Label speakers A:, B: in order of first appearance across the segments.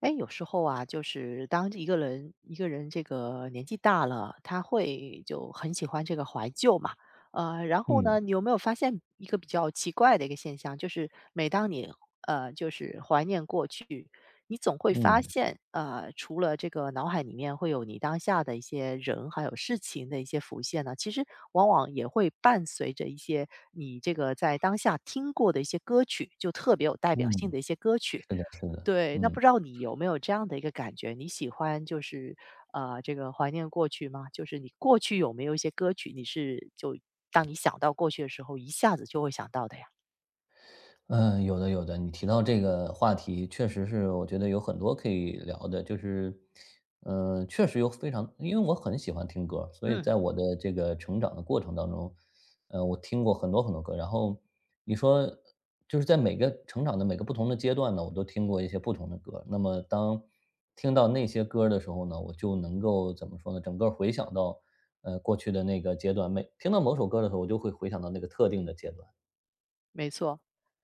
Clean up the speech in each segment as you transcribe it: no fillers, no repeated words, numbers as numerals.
A: 哎，有时候啊，就是当一个人一个人这个年纪大了，他会就很喜欢这个怀旧嘛。然后
B: 嗯
A: 呢，你有没有发现一个比较奇怪的一个现象，就是每当你就是怀念过去，你总会发
B: 嗯
A: 现，除了这个脑海里面会有你当下的一些人还有事情的一些浮现呢，其实往往也会伴随着一些你这个在当下听过的一些歌曲，就特别有代表性
B: 嗯，
A: 的一些歌
B: 是
A: 曲。
B: 的是的，
A: 对，那
B: 嗯。
A: 不知道你有没有这样的一个感觉？你喜欢就是，这个怀念过去吗？就是你过去有没有一些歌曲，你是就当你想到过去的时候，一下子就会想到的呀？
B: 嗯，有的有的，你提到这个话题，确实是我觉得有很多可以聊的，就是，确实有非常，因为我很喜欢听歌，所以
A: 嗯，
B: 在我的这个成长的过程当中，我听过很多很多歌，然后你说就是在每个成长的每个不同的阶段呢，我都听过一些不同的歌，那么当听到那些歌的时候呢，我就能够怎么说呢，整个回想到，过去的那个阶段，每听到某首歌的时候，我就会回想到那个特定的阶段，
A: 没错。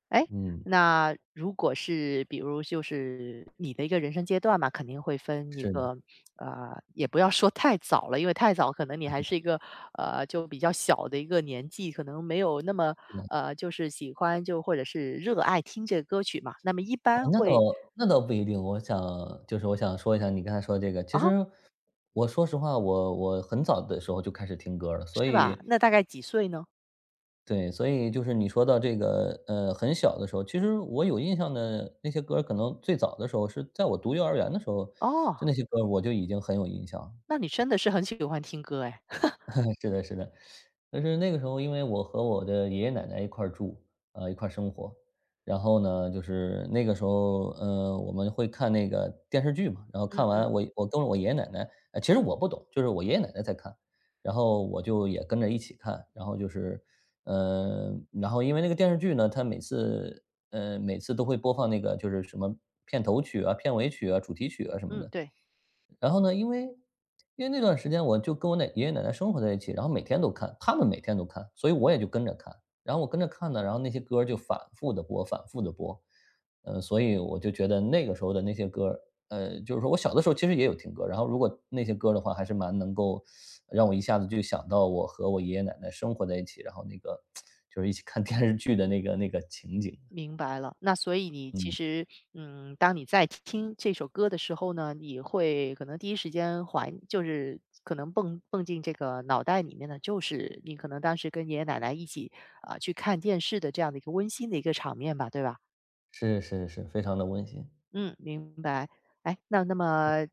A: 哎，
B: 嗯，
A: 那如果是比如就是你的一个人生阶段嘛，肯定会分一
B: 是的，
A: 个，也不要说太早了，因为太早可能你还是一个，就比较小的一个年纪，可能没有那么，
B: 是的。
A: 就是喜欢就或者是热爱听这个歌曲嘛。那么一
B: 哦，
A: 般
B: 那倒
A: 会
B: 那倒不一定。就是我想说一下你刚才说的这个，其
A: 啊，
B: 实我说实话，我很早的时候就开始听歌了，所
A: 是吧？
B: 以
A: 那大概几岁呢？
B: 对，所以就是你说到这个，很小的时候，其实我有印象的那些歌可能最早的时候是在我读幼儿园的时候，
A: 哦，
B: 就那些歌我就已经很有印象。
A: 那你真的是很喜欢听歌哎。
B: 是的，是的。但是那个时候因为我和我的爷爷奶奶一块儿住，一块儿生活。然后呢，就是那个时候，我们会看那个电视剧嘛，然后
A: 嗯
B: 看完
A: 嗯
B: 我跟着我爷爷奶奶，其实我不懂，就是我爷爷奶奶在看，然后我就也跟着一起看，然后就是，呃，然后因为那个电视剧呢，它每次都会播放那个就是什么片头曲啊、片尾曲啊、主题曲啊什么
A: 嗯，
B: 的，
A: 对。
B: 然后呢，因为那段时间我就跟我爷爷奶奶生活在一起，然后每天都看，他们每天都看，所以我也就跟着看。然后我跟着看呢，然后那些歌儿就反复的播，反复的播。所以我就觉得那个时候的那些歌儿就是说我小的时候其实也有听歌，然后如果那些歌儿的话，还是蛮能够让我一下子就想到我和我爷爷奶奶生活在一起，然后那个就是一起看电视剧的那个情景。
A: 明白了，那所以你其
B: 嗯，
A: 实，嗯，当你在听这首歌的时候呢，你会可能第一时间怀，就是可能蹦蹦进这个脑袋里面的，就是你可能当时跟爷爷奶奶一起啊、去看电视的这样的一个温馨的一个场面吧，对吧？
B: 是是是，非常的温馨。
A: 嗯，明白。哎，那那么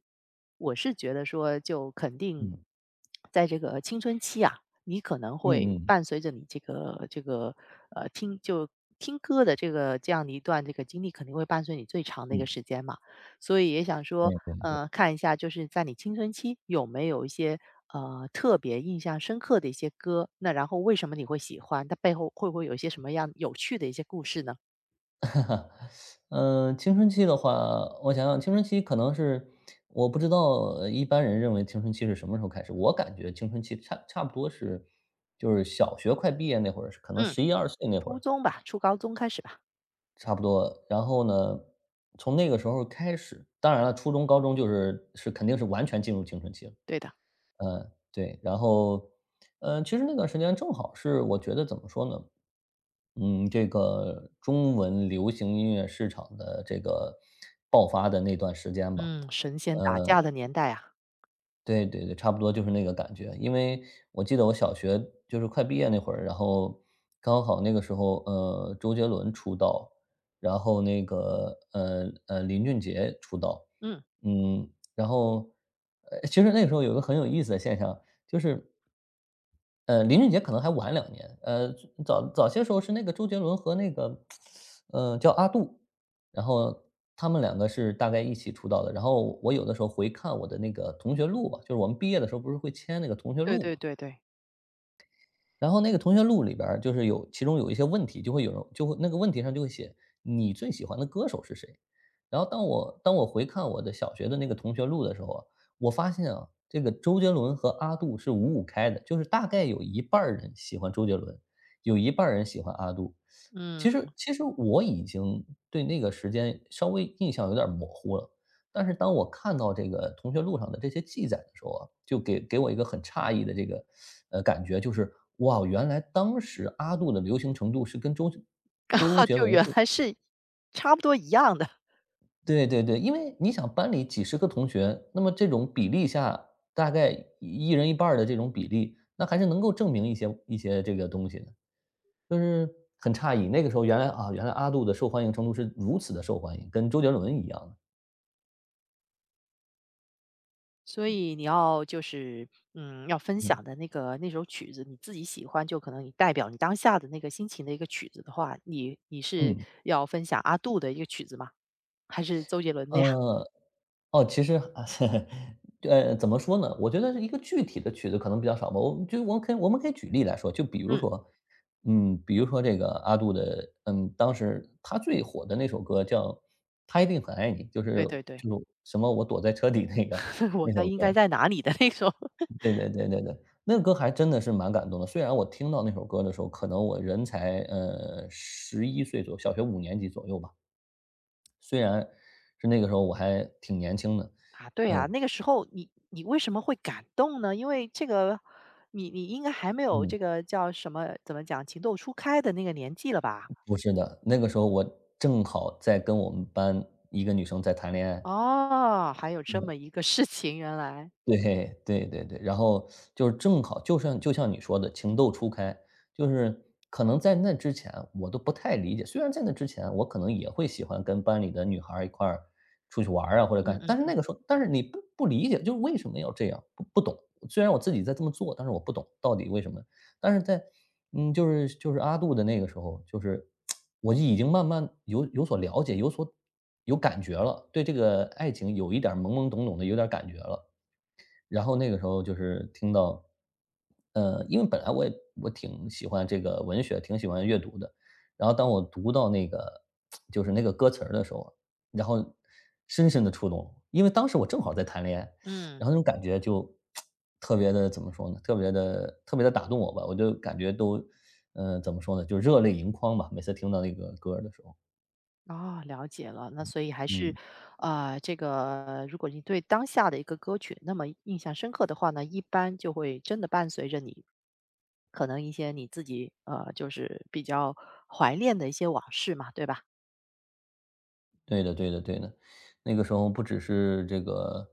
A: 我是觉得说，就肯定
B: 嗯，
A: 在这个青春期啊，你可能
B: 嗯
A: 会
B: 嗯，
A: 伴随着你这个这个听就听歌的这个这样的一段这个经历，肯定会伴随你最长的一个
B: 嗯，
A: 时间嘛。所以也想说，
B: 对对对。
A: 看一下就是在你青春期有没有一些特别印象深刻的一些歌，那然后为什么你会喜欢？它背后会不会有一些什么样有趣的一些故事呢？
B: 嗯，青春期的话，我想想，青春期可能是我不知道一般人认为青春期是什么时候开始。我感觉青春期差不多是，就是小学快毕业那会儿，可能
A: 嗯，
B: 十一二岁那会
A: 初
B: 儿
A: 中吧，初高中开始吧。
B: 差不多。然后呢，从那个时候开始，当然了，初中、高中就是肯定是完全进入青春期了。
A: 对的。
B: 嗯，对，然后，嗯，其实那段时间正好是我觉得怎么说呢，嗯，这个中文流行音乐市场的这个爆发的那段时间吧。
A: 嗯，神仙打架
B: 呃，
A: 的年代啊，
B: 对对对，差不多就是那个感觉。因为我记得我小学就是快毕业那会儿，然后刚好那个时候，周杰伦出道，然后那个，林俊杰出道。
A: 嗯。
B: 嗯，然后，其实那个时候有个很有意思的现象，就是林俊杰可能还晚2年，早些时候是那个周杰伦和那个，叫阿杜，然后他们两个是大概一起出道的。然后我有的时候回看我的那个同学录吧，就是我们毕业的时候不是会签那个同学
A: 对
B: 录
A: 对
B: 嘛，
A: 对对。
B: 然后那个同学录里边儿就是有其中有一些问题，就会有人就会那个问题上就会写你最喜欢的歌手是谁。然后当我回看我的小学的那个同学录的时候啊，我发现啊，这个周杰伦和阿杜是五五开的，就是大概有一半儿人喜欢周杰伦，有一半儿人喜欢阿杜。
A: 嗯，
B: 其实我已经对那个时间稍微印象有点儿模糊了，但是当我看到这个同学录上的这些记载的时候啊，就给我一个很诧异的这个感觉就是哇，原来当时阿杜的流行程度是跟周 杰
A: 就
B: 伦
A: 原
B: 是
A: 来是差不多一样的，
B: 对对对，因为你想班里几十个同学，那么这种比例下，大概一人一半儿的这种比例，那还是能够证明一些这个东西的。就是很诧异，那个时候原来啊，原来阿杜的受欢迎程度是如此的受欢迎，跟周杰伦一样的，
A: 所以你要就是，嗯，要分
B: 嗯，
A: 享的那个那首曲子，你自己喜欢，就可能你代表你当下的那个心情的一个曲子的话，你你是
B: 嗯。
A: 要分享阿杜的一个曲子吗？还是周杰伦的呀？
B: 呃，哦，其实啊，怎么说呢？我觉得是一个具体的曲子可能比较少吧，我们可以举例来说，就比如
A: 嗯。
B: 说，嗯，比如说这个阿杜的，嗯，当时他最火的那首歌叫《他一定很爱你》，就是
A: 对对对。
B: 就是什么我躲在车底那个
A: 我
B: 那
A: 猜
B: 首
A: 应
B: 歌，
A: 该在哪里的那首？
B: 对对对对对，那个歌还真的是蛮感动的。虽然我听到那首歌的时候，可能我人才11岁左右，小学5年级左右吧，虽然是那个时候我还挺年轻的。
A: 啊，对啊，那个时候你你为什么会感动呢？因为这个，你你应该还没有
B: 嗯。
A: 这个叫什么，怎么讲，情窦初开的那个年纪了吧？
B: 不是的，那个时候我正好在跟我们班一个女生在谈恋爱，
A: 哦，还有这么一个事情，原来，
B: 对对对对，然后就是正好就像你说的情窦初开，就是可能在那之前我都不太理解，虽然在那之前我可能也会喜欢跟班里的女孩儿一块儿出去玩儿啊或者
A: 嗯
B: 干，但是那
A: 嗯
B: 个时候，但是你不理解，就是为什么要这样，不懂。虽然我自己在这么做，但是我不懂到底为什么。但是在嗯，就是阿杜的那个时候，就是我已经慢慢有所了解，有感觉了，对这个爱情有一点儿懵懵懂懂的，有点儿感觉了。然后那个时候就是听到，因为本来我挺喜欢这个文学，挺喜欢阅读的。然后当我读到那个就是那个歌词儿的时候，然后深深的触动了我，因为当时我正好在谈恋爱，
A: 嗯，
B: 然后那种感觉就特别的怎么说呢，特别的特别的打动我吧，我就感觉都，怎么说呢，就热泪盈眶吧，每次听到那个歌儿的时候，
A: 哦，了解了。那所以还是，
B: 嗯。
A: 啊，这个如果你对当下的一个歌曲那么印象深刻的话呢，一般就会真的伴随着你可能一些你自己就是比较怀念的一些往事嘛，对吧？
B: 对的，对的，对的。那个时候不只是这个，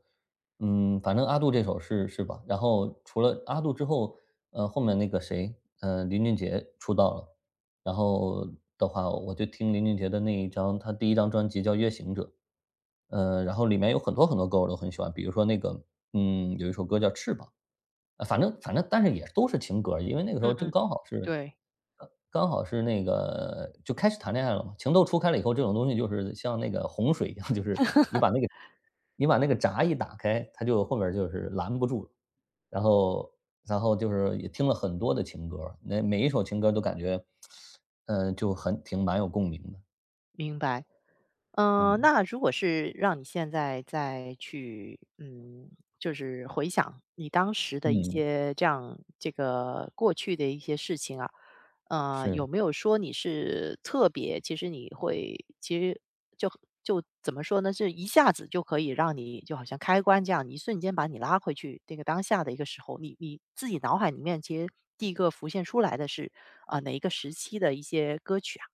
B: 嗯，反正阿杜这首是吧？然后除了阿杜之后，后面那个谁，林俊杰出道了。然后的话，我就听林俊杰的那一张，他第一张专辑叫《月行者》。然后里面有很多很多歌我都很喜欢，比如说那个，嗯，有一首歌叫《翅膀》。反正但是也都是情歌儿因为那个时候
A: 嗯
B: 正
A: 嗯，
B: 刚好是
A: 对，
B: 刚刚好是那个就开始谈恋爱了嘛，情窦初开了以后，这种东西就是像那个洪水一样，就是你把那个闸一打开，它就后面儿就是拦不住了。然后就是也听了很多的情歌儿那每一首情歌儿都感觉，嗯，就很挺蛮有共鸣的，
A: 明白。嗯，
B: 嗯，
A: 那如果是让你现在再去，嗯，就是回想你当时的一
B: 嗯，
A: 些这样这个过去的一些事情啊，
B: 是。
A: 有没有说你是特别，其实你会，其实就就怎么说呢，是一下子就可以让你就好像开关这样，一瞬间把你拉回去这个当下的一个时候，你你自己脑海里面其实第一个浮现出来的是啊、哪一个时期的一些歌曲啊？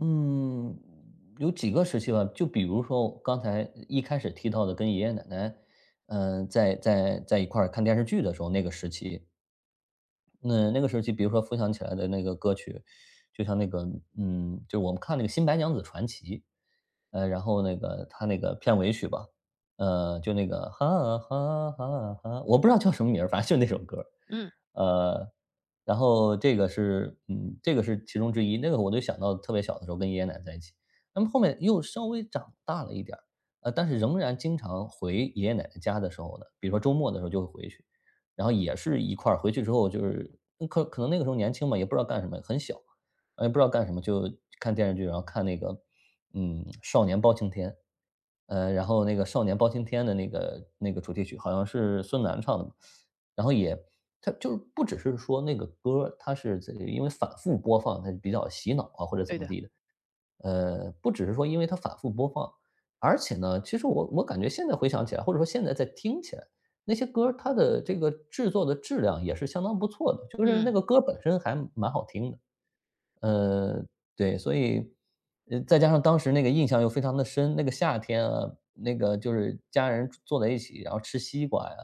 B: 嗯，有几个时期吧，就比如说刚才一开始提到的跟爷爷奶奶，在一块儿看电视剧的时候那个时期，那个时期，比如说分享起来的那个歌曲，就像那个，嗯，就我们看那个《新白娘子传奇》，然后那个它那个片尾曲吧，就那个哈哈哈哈，我不知道叫什么名儿，反正就那首歌儿
A: 嗯，
B: 呃，然后这个是，嗯，这个是其中之一，那个我就想到特别小的时候跟爷爷奶奶在一起。那么后面又稍微长大了一点儿，但是仍然经常回爷爷奶奶家的时候呢，比如说周末的时候就会回去。然后也是一块儿回去之后，就是可能那个时候年轻嘛，也不知道干什么，很小，啊也不知道干什么，就看电视剧，然后看那个，嗯，《少年包青天》，然后那个《少年包青天》的那个主题曲好像是孙楠唱的嘛，然后也他就是不只是说那个歌儿，它是在因为反复播放，它比较洗脑啊，或者怎
A: 对
B: 么
A: 的，
B: 地的，不只是说因为它反复播放，而且呢，其实我感觉现在回想起来，或者说现在在听起来，那些歌儿它的这个制作的质量也是相当不错的，就是那
A: 嗯。
B: 个歌本身还蛮好听的。呃，对，所以，再加上当时那个印象又非常的深，那个夏天啊，那个就是家人坐在一起，然后吃西瓜呀，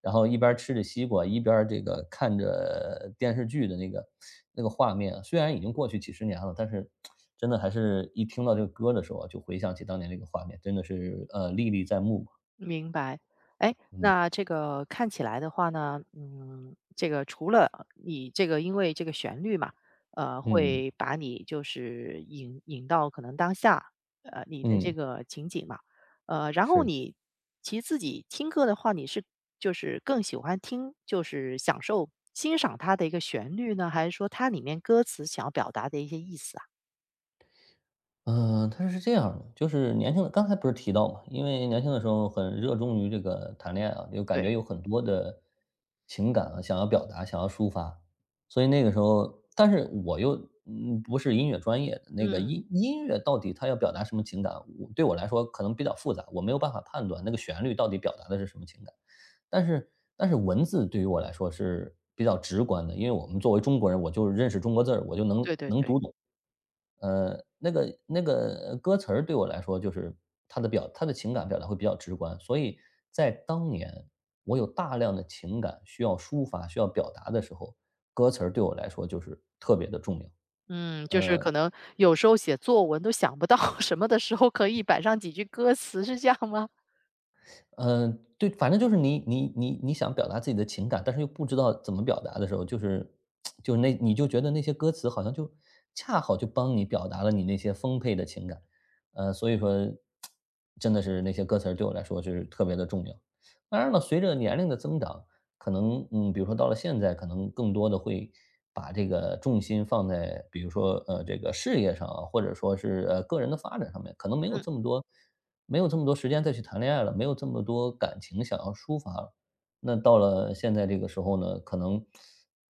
B: 然后一边儿吃着西瓜，一边儿这个看着电视剧的那个画面啊，虽然已经过去几十年了，但是真的还是一听到这个歌的时候啊，就回想起当年那个画面，真的是，历历在目嘛。
A: 明白，哎，
B: 嗯，
A: 那这个看起来的话呢，嗯，这个除了你这个因为这个旋律嘛，
B: 嗯，
A: 会把你就是引引到可能当下，你的这
B: 嗯，
A: 个情景嘛，然后
B: 是。
A: 你其实自己听歌的话，你是就是更喜欢听，就是享受欣赏它的一个旋律呢，还是说它里面歌词想要表达的一些意思啊？
B: 嗯，他是这样的，就是年轻的刚才不是提到嘛，因为年轻的时候很热衷于这个谈恋爱啊，就感
A: 对，
B: 觉有很多的情感啊，想要表达，想要抒发，所以那个时候，但是我又不是音乐专业的，那个
A: 嗯，
B: 音乐到底它要表达什么情感，我对我来说可能比较复杂，我没有办法判断那个旋律到底表达的是什么情感，但是但是文字对于我来说是比较直观的，因为我们作为中国人，我就认识中国字儿，我就能
A: 对对
B: 能
A: 对。
B: 读懂。那个歌词儿对我来说，就是他的表他的情感表达会比较直观，所以在当年我有大量的情感需要抒发、需要表达的时候，歌词儿对我来说就是特别的重要。
A: 嗯，就是可
B: 呃，
A: 能有时候写作文都想不到 什么的时候可以摆上几句歌词，是这样吗？
B: 对，反正就是你想表达自己的情感，但是又不知道怎么表达的时候，就是那你就觉得那些歌词好像就恰好就帮你表达了你那些丰沛的情感，所以说真的是那些歌词儿对我来说是特别的重要。当然了，随着年龄的增长，可能，嗯，比如说到了现在，可能更多的会把这个重心放在，比如说，这个事业上啊，或者说是，个人的发展上面，可能没有
A: 嗯。
B: 这么多没有这么多时间再去谈恋爱了，没有这么多感情想要抒发了。那到了现在这个时候呢，可能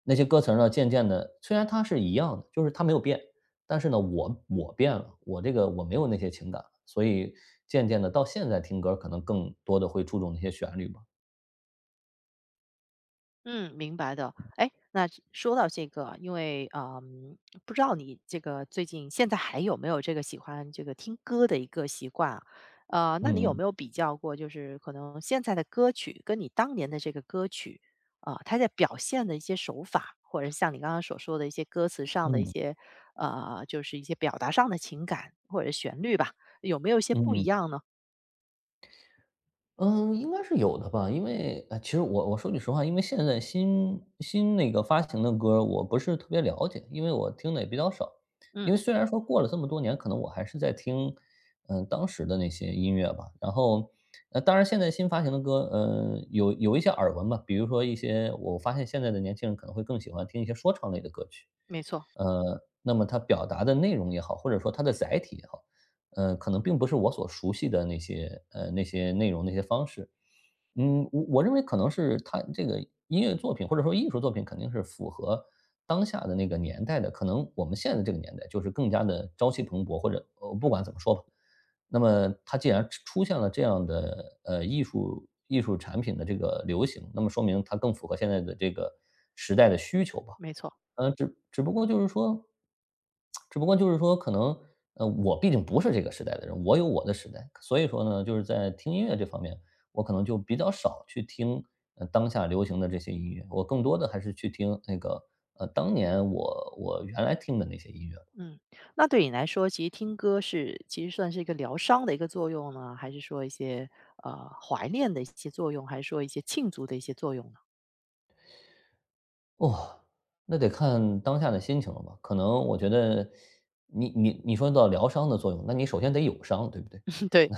B: 那些歌词儿呢，渐渐的虽然它是一样的，就是它没有变，但是呢，我变了，我这个我没有那些情感了，所以渐渐的到现在听歌儿可能更多的会注重那些旋律吧。
A: 嗯，明白的。哎，那说到这个啊，因为嗯，不知道你这个最近现在还有没有这个喜欢这个听歌的一个习惯啊？那你
B: 嗯
A: 有没
B: 嗯，
A: 有比较过，就是可能现在的歌曲跟你当年的这个歌曲啊，它在表现的一些手法，或者像你刚刚所说的一些歌词上的一
B: 嗯。
A: 些就是一些表达上的情感或者旋律吧，有没有一些不一
B: 嗯，
A: 样呢？
B: 嗯，应该是有的吧，因为，其实我说句实话，因为现在新那个发行的歌儿我不是特别了解，因为我听的也比较少。
A: 嗯，
B: 因为虽然说过了这么多年，可能我还是在听，嗯，当时的那些音乐吧。然后，当然现在新发行的歌，嗯，有一些耳闻吧，比如说一些我发现现在的年轻人可能会更喜欢听一些说唱类的歌曲。
A: 没错，
B: 那么它表达的内容也好，或者说它的载体也好，可能并不是我所熟悉的那些那些内容、那些方式。嗯，我认为可能是它这个音乐作品或者说艺术作品肯定是符合当下的那个年代的，可能我们现在这个年代就是更加的朝气蓬勃，或者不管怎么说吧。那么它既然出现了这样的，艺术产品的这个流行，那么说明它更符合现在的这个时代的需求吧。
A: 没错。
B: 呃，只只不过就是说只不过就是说可能，我毕竟不是这个时代的人，我有我的时代。所以说呢，就是在听音乐这方面，我可能就比较少去听，当下流行的这些音乐，我更多的还是去听那个，当年我原来听的那些音乐。
A: 嗯，那对你来说，其实听歌是其实算是一个疗伤的一个作用呢，还是说一些怀念的一些作用，还是说一些庆祝的一些作用呢？
B: 哦，那得看当下的心情了吧，可能我觉得你说到疗伤的作用，那你首先得有伤，对不对？
A: 对，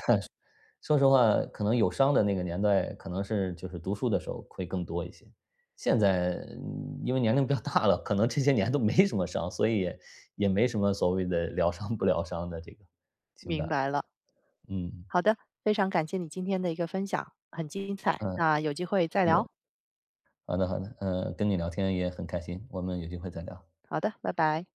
B: 说实话，可能有伤的那个年代，可能是就是读书的时候会更多一些。现在，嗯，因为年龄比较大了，可能这些年都没什么伤，所以也也没什么所谓的疗伤不疗伤的这个情
A: 明
B: 感。
A: 白了，
B: 嗯，
A: 好的，非常感谢你今天的一个分享，很精彩。
B: 嗯，
A: 那有机会再
B: 是
A: 聊，
B: 的好的好的，嗯，跟你聊天也很开心，我们有机会再聊。
A: 好的，拜拜。